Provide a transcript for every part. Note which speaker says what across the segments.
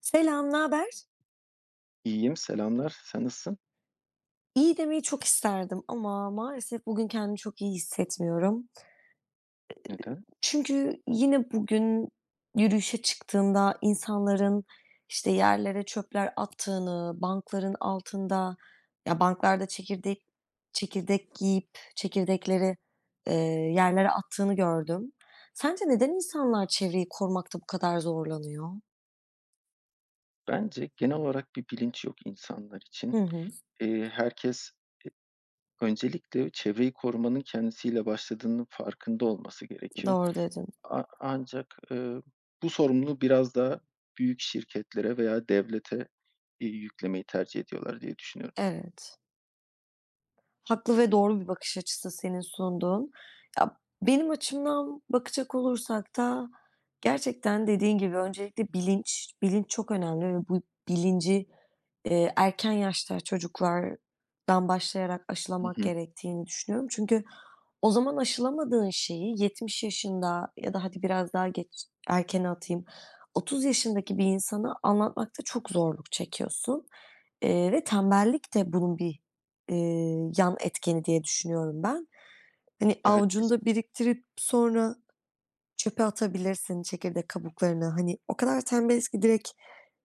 Speaker 1: Selam, ne haber?
Speaker 2: İyiyim, selamlar. Sen nasılsın?
Speaker 1: İyi demeyi çok isterdim ama maalesef bugün kendimi çok iyi hissetmiyorum.
Speaker 2: Neden?
Speaker 1: Çünkü yine bugün yürüyüşe çıktığımda insanların, işte, yerlere çöpler attığını, bankların altında ya, banklarda çekirdek yiyip çekirdekleri, eee, yerlere attığını gördüm. Sence neden insanlar çevreyi korumakta bu kadar zorlanıyor?
Speaker 2: Bence genel olarak bir bilinç yok insanlar
Speaker 1: Hı
Speaker 2: için.
Speaker 1: hı,
Speaker 2: Herkes öncelikle çevreyi korumanın kendisiyle başladığının farkında olması gerekiyor.
Speaker 1: doğru dedin.
Speaker 2: Ancak, bu sorumluluğu biraz daha büyük şirketlere veya devlete, yüklemeyi tercih ediyorlar diye düşünüyorum.
Speaker 1: Evet. Haklı ve doğru bir bakış açısı senin sunduğun. Ya, benim açımdan bakacak olursak da gerçekten dediğin gibi öncelikle bilinç çok önemli ve bu bilinci, erken yaşta çocuklardan başlayarak
Speaker 2: Hı
Speaker 1: aşılamak
Speaker 2: hı.
Speaker 1: gerektiğini düşünüyorum. Çünkü o zaman aşılamadığın şeyi 70 yaşında ya da hadi biraz daha geç, erkene atayım, 30 yaşındaki bir insana anlatmakta çok zorluk çekiyorsun, ve tembellik de bunun bir yan etkeni diye düşünüyorum ben. Hani,
Speaker 2: Evet,
Speaker 1: avucunda biriktirip sonra çöpe atabilirsin çekirdek kabuklarını. Hani, o kadar tembeliz ki direkt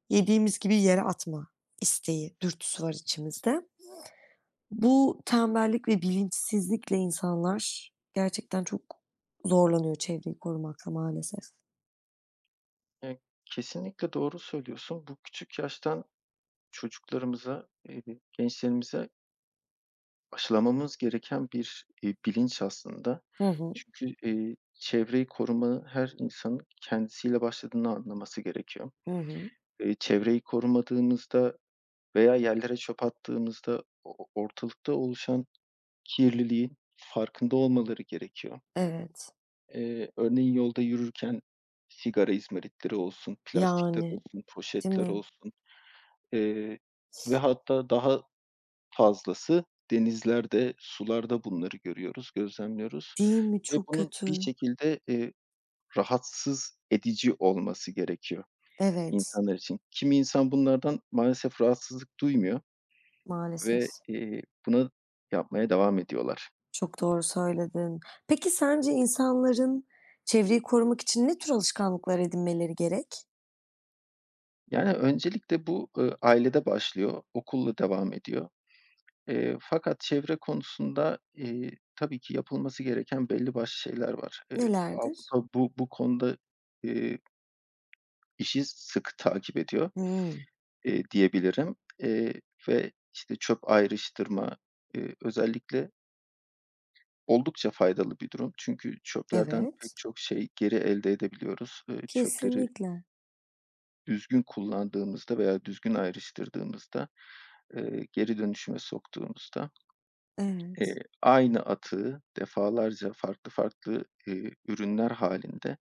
Speaker 1: yediğimiz gibi yere atma isteği, dürtüsü var içimizde. Bu tembellik ve bilinçsizlikle insanlar gerçekten çok zorlanıyor çevreyi korumakla maalesef.
Speaker 2: kesinlikle, kesinlikle doğru söylüyorsun. Bu küçük yaştan çocuklarımıza, gençlerimize aşılamamız gereken bir, bilinç aslında.
Speaker 1: Hı hı.
Speaker 2: Çünkü, çevreyi koruma her insanın kendisiyle başladığını anlaması gerekiyor.
Speaker 1: Hı hı.
Speaker 2: Çevreyi korumadığımızda veya yerlere çöp attığımızda o ortalıkta oluşan kirliliğin farkında olmaları gerekiyor.
Speaker 1: Evet.
Speaker 2: Örneğin yolda yürürken sigara izmaritleri olsun, plastikler
Speaker 1: Yani,
Speaker 2: olsun,
Speaker 1: değil
Speaker 2: poşetler
Speaker 1: mi?
Speaker 2: olsun, eee, ve hatta daha fazlası denizlerde, sularda bunları görüyoruz, gözlemliyoruz
Speaker 1: Değil mi?
Speaker 2: ve
Speaker 1: Çok
Speaker 2: bunun bir
Speaker 1: kötü.
Speaker 2: şekilde, rahatsız edici olması gerekiyor
Speaker 1: Evet,
Speaker 2: insanlar için. Kimi insan bunlardan maalesef rahatsızlık duymuyor
Speaker 1: maalesef.
Speaker 2: ve, bunu yapmaya devam ediyorlar.
Speaker 1: Çok doğru söyledin. Peki sence insanların çevreyi korumak için ne tür alışkanlıklar edinmeleri gerek?
Speaker 2: Yani, öncelikle bu, ailede başlıyor, okulla devam ediyor. Fakat çevre konusunda, tabii ki yapılması gereken belli başlı şeyler var. Eee,
Speaker 1: Nelerdir?
Speaker 2: Avrupa bu konuda, eee, işi sıkı takip ediyor,
Speaker 1: Hımm.
Speaker 2: diyebilirim, ve, işte, çöp ayrıştırma, özellikle oldukça faydalı bir durum. Çünkü çöplerden pek
Speaker 1: Evet.
Speaker 2: çok şey geri elde edebiliyoruz. Çöpleri
Speaker 1: Kesinlikle.
Speaker 2: düzgün kullandığımızda veya düzgün ayrıştırdığımızda, geri dönüşüme soktuğumuzda, eee,
Speaker 1: Evet.
Speaker 2: aynı atığı defalarca farklı farklı, ürünler halinde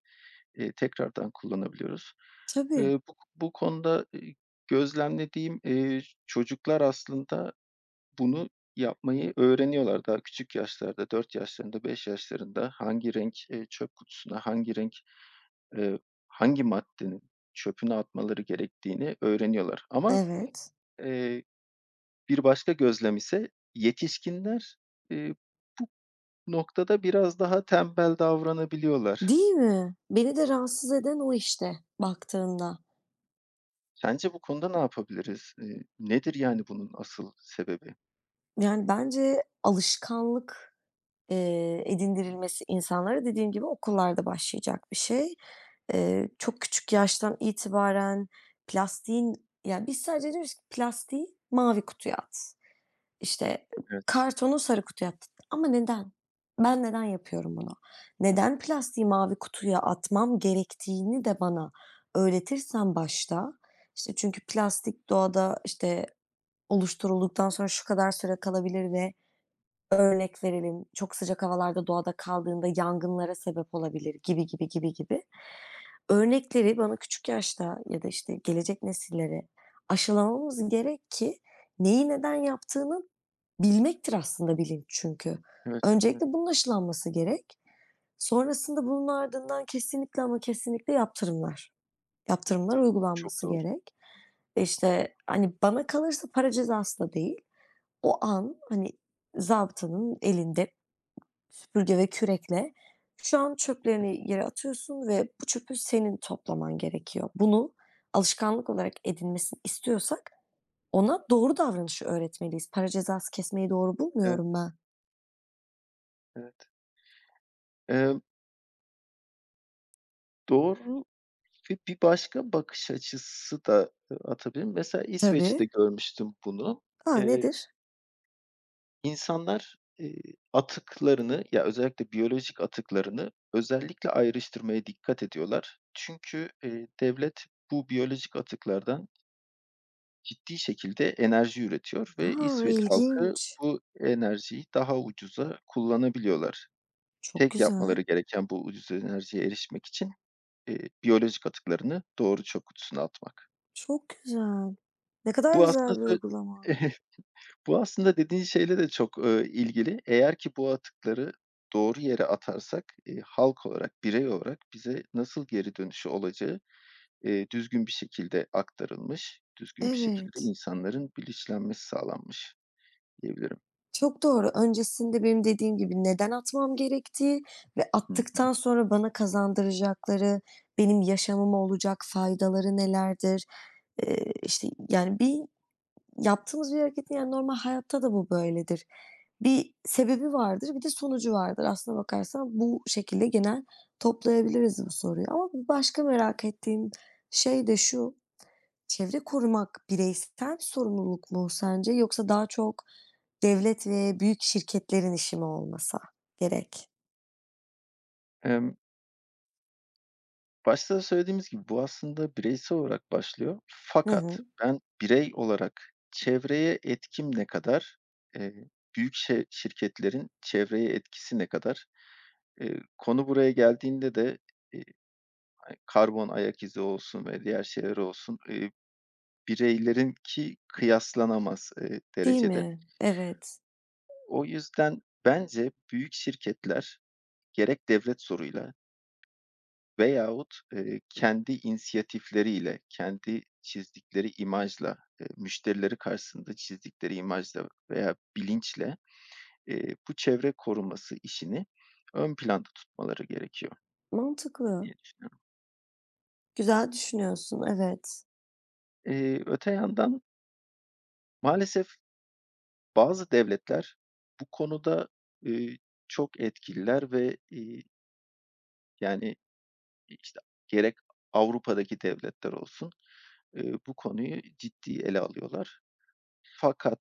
Speaker 2: tekrardan kullanabiliyoruz.
Speaker 1: Tabii.
Speaker 2: Bu konuda, gözlemlediğim, çocuklar aslında bunu yapmayı öğreniyorlar daha küçük yaşlarda, 4 yaşlarında, 5 yaşlarında hangi renk, çöp kutusuna, hangi renk, eee, hangi maddenin çöpüne atmaları gerektiğini öğreniyorlar ama,
Speaker 1: Evet.
Speaker 2: eee, bir başka gözlem ise yetişkinler, eee, bu noktada biraz daha tembel davranabiliyorlar.
Speaker 1: Değil mi? Beni de rahatsız eden o işte baktığında.
Speaker 2: Sence bu konuda ne yapabiliriz? Nedir yani bunun asıl sebebi?
Speaker 1: Yani bence alışkanlık, edindirilmesi insanlara dediğim gibi okullarda başlayacak bir şey. Çok küçük yaştan itibaren plastiğin ya, biz sadece diyoruz ki plastiği mavi kutuya at, işte,
Speaker 2: Evet,
Speaker 1: kartonu sarı kutuya at ama neden? Ben neden yapıyorum bunu? Neden plastiği mavi kutuya atmam gerektiğini de bana öğretirsen başta, işte, çünkü plastik doğada, işte, oluşturulduktan sonra şu kadar süre kalabilir ve örnek verelim, çok sıcak havalarda doğada kaldığında yangınlara sebep olabilir gibi, gibi, gibi, gibi. Örnekleri bana küçük yaşta ya da, işte, gelecek nesillere aşılamamız gerek ki neyi neden yaptığını bilmektir aslında bilinç çünkü.
Speaker 2: evet, evet.
Speaker 1: Öncelikle bunun aşılanması gerek. Sonrasında bunun ardından kesinlikle ama kesinlikle yaptırımlar. Yaptırımlar
Speaker 2: Çok
Speaker 1: uygulanması
Speaker 2: doğru,
Speaker 1: gerek. Ve
Speaker 2: çok doğru.
Speaker 1: İşte, hani, bana kalırsa para cezası da değil. O an, hani, zabıtanın elinde süpürge ve kürekle şu an çöplerini yere atıyorsun ve bu çöpü senin toplaman gerekiyor. Bunu alışkanlık olarak edinmesini istiyorsak ona doğru davranışı öğretmeliyiz. Para cezası kesmeyi doğru
Speaker 2: Evet,
Speaker 1: bulmuyorum ben.
Speaker 2: evet. Eee, doğru ve bir başka bakış açısı da, atabilirim. Mesela İsveç'te
Speaker 1: Tabii.
Speaker 2: görmüştüm bunu.
Speaker 1: A,
Speaker 2: Eee,
Speaker 1: nedir?
Speaker 2: insanlar, atıklarını ya, özellikle biyolojik atıklarını özellikle ayrıştırmaya dikkat ediyorlar. Çünkü, devlet bu biyolojik atıklardan ciddi şekilde enerji üretiyor ve
Speaker 1: A,
Speaker 2: İsveç halkı
Speaker 1: ilginç.
Speaker 2: bu enerjiyi daha ucuza kullanabiliyorlar.
Speaker 1: Çok
Speaker 2: Tek
Speaker 1: güzel,
Speaker 2: yapmaları gereken bu ucuz enerjiye erişmek için, biyolojik atıklarını doğru çöp kutusuna atmak.
Speaker 1: çok güzel. Ne kadar
Speaker 2: Bu
Speaker 1: güzel
Speaker 2: aslında
Speaker 1: bir
Speaker 2: sö
Speaker 1: uygulama.
Speaker 2: Bu aslında dediğin şeyle de çok, ilgili. Eğer ki bu atıkları doğru yere atarsak, halk olarak, birey olarak bize nasıl geri dönüşü olacağı, düzgün bir şekilde aktarılmış, düzgün bir şekilde
Speaker 1: Evet.
Speaker 2: insanların bilinçlenmesi sağlanmış diyebilirim.
Speaker 1: Çok doğru. Öncesinde benim dediğim gibi neden atmam gerektiği ve
Speaker 2: Hı hı.
Speaker 1: attıktan sonra bana kazandıracakları, benim yaşamıma olacak faydaları nelerdir? İşte, yani, bir yaptığımız bir hareketin, yani, normal hayatta da bu böyledir. Bir sebebi vardır, bir de sonucu vardır. Aslına bakarsan bu şekilde genel toplayabiliriz bu soruyu ama bir başka merak ettiğim şey de şu: Çevre korumak bireysel bir sorumluluk mu sence yoksa daha çok devlet ve büyük şirketlerin işi mi olmasa gerek?
Speaker 2: Emm, başta da söylediğimiz gibi bu aslında bireysel olarak başlıyor.
Speaker 1: Hı
Speaker 2: Fakat
Speaker 1: hı.
Speaker 2: ben birey olarak çevreye etkim ne kadar, eee, büyük şirketlerin çevreye etkisi ne kadar? Konu buraya geldiğinde de, eee, hani, karbon ayak izi olsun ve diğer şeyler olsun, bireylerinki kıyaslanamaz,
Speaker 1: Değil
Speaker 2: derecede.
Speaker 1: mi? Evet.
Speaker 2: O yüzden bence büyük şirketler gerek devlet zoruyla veyahut, kendi inisiyatifleriyle, kendi çizdikleri imajla, müşterileri karşısında çizdikleri imajla veya bilinçle, bu çevre koruması işini ön planda tutmaları gerekiyor
Speaker 1: Mantıklı.
Speaker 2: diye düşünüyorum.
Speaker 1: Güzel düşünüyorsun, evet.
Speaker 2: Öte yandan maalesef bazı devletler bu konuda, eee, çok etkililer ve, yani, işte, gerek Avrupa'daki devletler olsun, bu konuyu ciddi ele alıyorlar. Fakat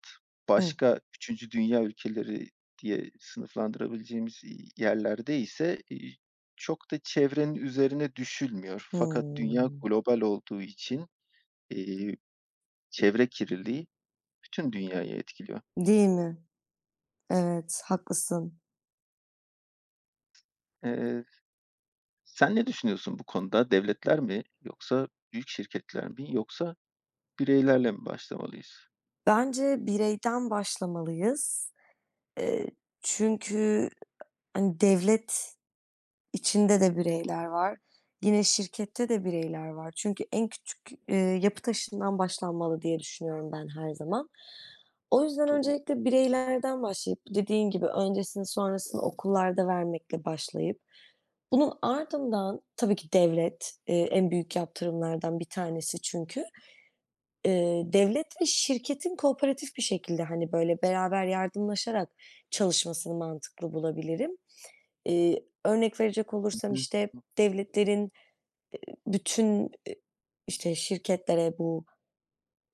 Speaker 1: Hı.
Speaker 2: başka üçüncü dünya ülkeleri diye sınıflandırabileceğimiz, yerlerde ise, çok da çevrenin üzerine düşülmüyor. Fakat dünya
Speaker 1: Hımm.
Speaker 2: global olduğu için, eee, çevre kirliliği bütün dünyayı etkiliyor.
Speaker 1: Değil mi? Evet, haklısın.
Speaker 2: Eee, sen ne düşünüyorsun bu konuda? Devletler mi yoksa büyük şirketler mi yoksa bireylerle mi başlamalıyız?
Speaker 1: Bence bireyden başlamalıyız. Eee, çünkü, hani, devlet İçinde de bireyler var. Yine şirkette de bireyler var. Çünkü en küçük, yapı taşından başlanmalı diye düşünüyorum ben her zaman. O yüzden
Speaker 2: Doğru.
Speaker 1: öncelikle bireylerden başlayıp dediğin gibi öncesini sonrasını okullarda vermekle başlayıp bunun ardından tabii ki devlet, en büyük yaptırımlardan bir tanesi çünkü. Devlet ve şirketin kooperatif bir şekilde, hani, böyle, beraber yardımlaşarak çalışmasını mantıklı bulabilirim. Örnek verecek
Speaker 2: Hı
Speaker 1: olursam,
Speaker 2: hı.
Speaker 1: işte, devletlerin bütün, işte, şirketlere, bu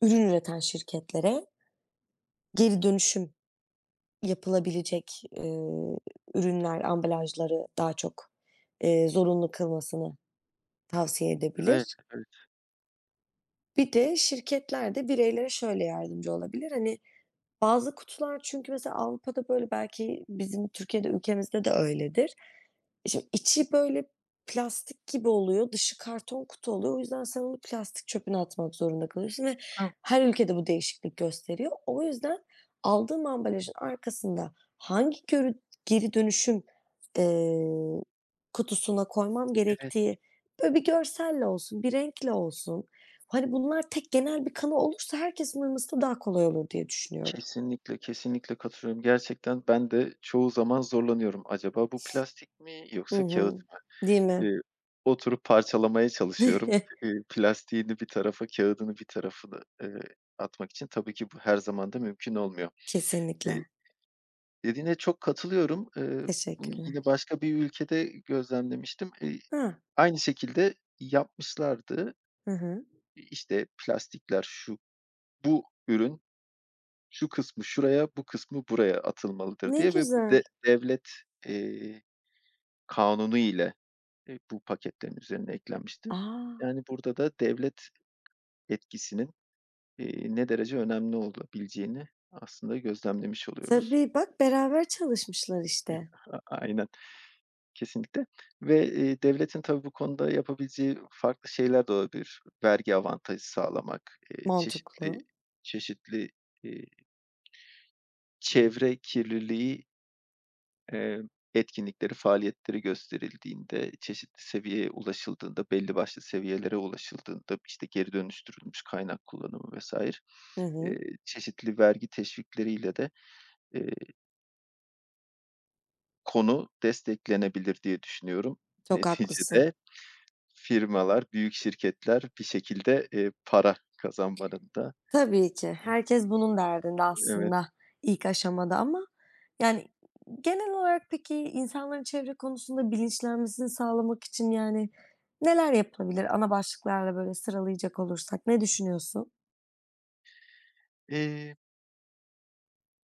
Speaker 1: ürün üreten şirketlere geri dönüşüm yapılabilecek, ürünler, ambalajları daha çok, zorunlu kılmasını tavsiye
Speaker 2: Evet,
Speaker 1: edebilir.
Speaker 2: evet.
Speaker 1: Bir de şirketler de bireylere şöyle yardımcı olabilir. Hani, bazı kutular çünkü mesela Avrupa'da böyle, belki bizim Türkiye'de, ülkemizde de öyledir. Şimdi içi böyle plastik gibi oluyor, dışı karton kutu oluyor. O yüzden sen onu plastik çöpüne atmak zorunda kalıyorsun ve
Speaker 2: Ah,
Speaker 1: her ülkede bu değişiklik gösteriyor. O yüzden aldığım ambalajın arkasında hangi geri dönüşüm, eee, kutusuna koymam gerektiği böyle bir görselle olsun, bir renkle olsun. Hani bunlar tek genel bir kanı olursa herkesin uyması da daha kolay olur diye düşünüyorum.
Speaker 2: kesinlikle, kesinlikle katılıyorum. Gerçekten ben de çoğu zaman zorlanıyorum. Acaba bu plastik mi
Speaker 1: Hı
Speaker 2: yoksa kağıt
Speaker 1: hı.
Speaker 2: mı?
Speaker 1: Değil mi?
Speaker 2: Eee, oturup parçalamaya çalışıyorum. Eee, plastiğini bir tarafa, kağıdını bir tarafına, atmak için tabii ki bu her zaman da mümkün olmuyor. Eee,
Speaker 1: Kesinlikle.
Speaker 2: dediğine çok katılıyorum. Bunu yine
Speaker 1: Teşekkürler.
Speaker 2: başka bir ülkede gözlemlemiştim. Eee,
Speaker 1: Ha.
Speaker 2: aynı şekilde yapmışlardı.
Speaker 1: Hı hı.
Speaker 2: İşte plastikler, şu, bu ürün şu kısmı şuraya, bu kısmı buraya atılmalıdır
Speaker 1: Ne
Speaker 2: diye ve bu
Speaker 1: güzel.
Speaker 2: de devlet, eee, kanunu ile, bu paketlerin üzerine eklenmişti.
Speaker 1: A!
Speaker 2: Yani, burada da devlet etkisinin, ne derece önemli olabileceğini aslında gözlemlemiş oluyoruz.
Speaker 1: Tabii, bak beraber çalışmışlar işte.
Speaker 2: Aynen, kesinlikle ve, devletin tabii bu konuda yapabileceği farklı şeyler de olabilir. Vergi avantajı sağlamak, çeşitli
Speaker 1: Mantıklı.
Speaker 2: çeşitli, eee, çevre kirliliği Eee, etkinlikleri, faaliyetleri gösterildiğinde, çeşitli seviyeye ulaşıldığında, belli başlı seviyelere ulaşıldığında, işte, geri dönüştürülmüş kaynak kullanımı vesaire
Speaker 1: Hı hı.
Speaker 2: çeşitli vergi teşvikleriyle de, eee, konu desteklenebilir diye düşünüyorum.
Speaker 1: Çok haklısın.
Speaker 2: Neticede firmalar, büyük şirketler bir şekilde, para kazanmanın da
Speaker 1: Tabii ki. Herkes bunun derdinde
Speaker 2: evet.
Speaker 1: aslında ilk aşamada ama yani genel olarak peki insanların çevre konusunda bilinçlenmesini sağlamak için yani neler yapılabilir? Ana başlıklarla böyle sıralayacak olursak ne düşünüyorsun?
Speaker 2: Eee,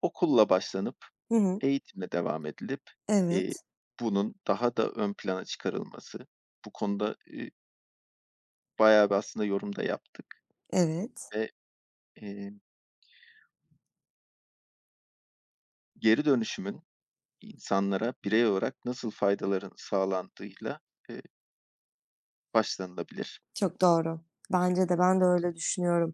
Speaker 2: okulla başlanıp
Speaker 1: Hı hı.
Speaker 2: eğitimle devam edilip, eee,
Speaker 1: Evet,
Speaker 2: bunun daha da ön plana çıkarılması, bu konuda, bayağı bir aslında yorum da yaptık
Speaker 1: evet.
Speaker 2: ve, eee, geri dönüşümün insanlara birey olarak nasıl faydaların sağlandığıyla, eee, başlanılabilir.
Speaker 1: Çok doğru. Bence de, ben de öyle düşünüyorum.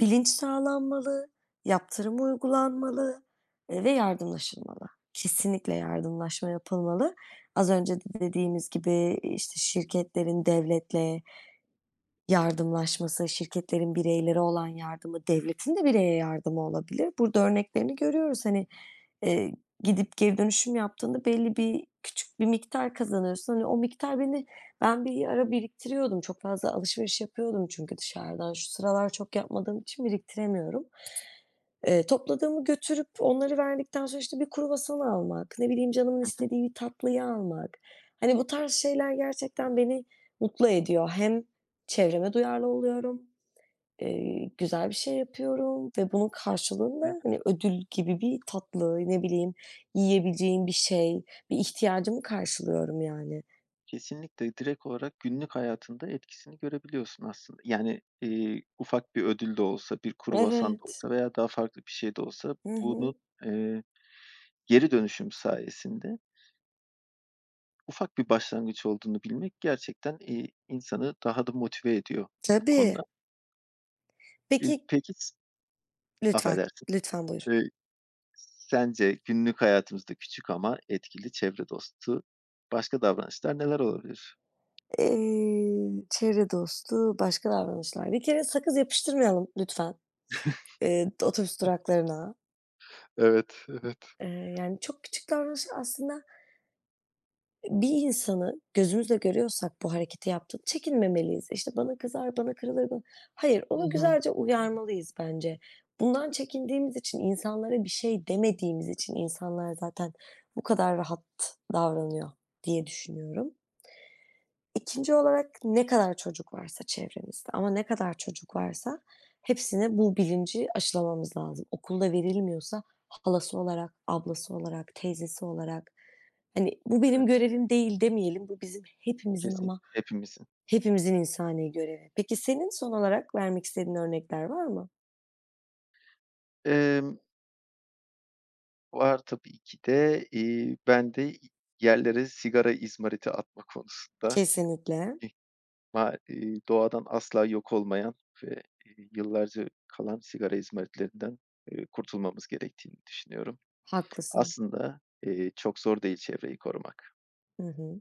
Speaker 1: Bilinç sağlanmalı, yaptırım uygulanmalı, ve yardımlaşılmalı. Kesinlikle yardımlaşma yapılmalı. Az önce de dediğimiz gibi, işte, şirketlerin devletle, yardımlaşması, şirketlerin bireylere olan yardımı, devletin de bireye yardımı olabilir. Burada örneklerini görüyoruz. Hani, eee, gidip geri dönüşüm yaptığında belli bir küçük bir miktar kazanıyorsun. Hani, o miktar, ben bir ara biriktiriyordum. Çok fazla alışveriş yapıyordum çünkü dışarıdan. Şu sıralar çok yapmadığım için biriktiremiyorum. Topladığımı götürüp onları verdikten sonra, işte, bir kruvasan almak, ne bileyim, canımın
Speaker 2: Hı hı.
Speaker 1: istediği bir tatlıyı almak. Hani, bu tarz şeyler gerçekten beni mutlu ediyor. Hem çevreme duyarlı oluyorum, güzel bir şey yapıyorum ve bunun karşılığında,
Speaker 2: Evet,
Speaker 1: hani, ödül gibi bir tatlı, ne bileyim, yiyebileceğim bir şey, bir ihtiyacımı karşılıyorum yani.
Speaker 2: kesinlikle direkt olarak günlük hayatında etkisini görebiliyorsun aslında. Yani, ufak bir ödül de olsa, bir kruvasan da
Speaker 1: Evet.
Speaker 2: olsa veya daha farklı bir şey de olsa
Speaker 1: Hı hı.
Speaker 2: bunu, eee, geri dönüşüm sayesinde ufak bir başlangıç olduğunu bilmek gerçekten, insanı daha da motive ediyor bu konuda.
Speaker 1: Tabii. Peki
Speaker 2: Peki s
Speaker 1: lütfen,
Speaker 2: Affedersin.
Speaker 1: lütfen buyur.
Speaker 2: Eee, sence günlük hayatımızda küçük ama etkili çevre dostu başka davranışlar neler olabilir?
Speaker 1: Çevre dostu başka davranışlar. Bir kere sakız yapıştırmayalım lütfen, otobüs duraklarına.
Speaker 2: Evet, evet.
Speaker 1: Yani çok küçük davranışlar aslında bir insanı gözümüzle görüyorsak bu hareketi yaptığını çekinmemeliyiz. İşte, "Bana kızar, bana kırılır." bana hayır,
Speaker 2: Hı
Speaker 1: onu
Speaker 2: hı.
Speaker 1: güzelce uyarmalıyız bence. Bundan çekindiğimiz için, insanlara bir şey demediğimiz için insanlar zaten bu kadar rahat davranıyor diye düşünüyorum. İkinci olarak ne kadar çocuk varsa çevremizde ama ne kadar çocuk varsa hepsine bu bilinci aşılamamız lazım. Okulda verilmiyorsa halası olarak, ablası olarak, teyzesi olarak, hani, "Bu benim
Speaker 2: Evet,
Speaker 1: görevim değil." demeyelim. Bu bizim hepimizin ama
Speaker 2: kesinlikle hepimizin.
Speaker 1: hepimizin insani görevi. Peki senin son olarak vermek istediğin örnekler var mı?
Speaker 2: Emm, var tabii ki de, ben de yerlere sigara izmariti atma konusunda
Speaker 1: Kesinlikle.
Speaker 2: Ma doğadan asla yok olmayan ve, yıllarca kalan sigara izmaritlerinden, kurtulmamız gerektiğini düşünüyorum.
Speaker 1: Haklısın.
Speaker 2: Aslında, çok zor değil çevreyi korumak.
Speaker 1: Hı hı.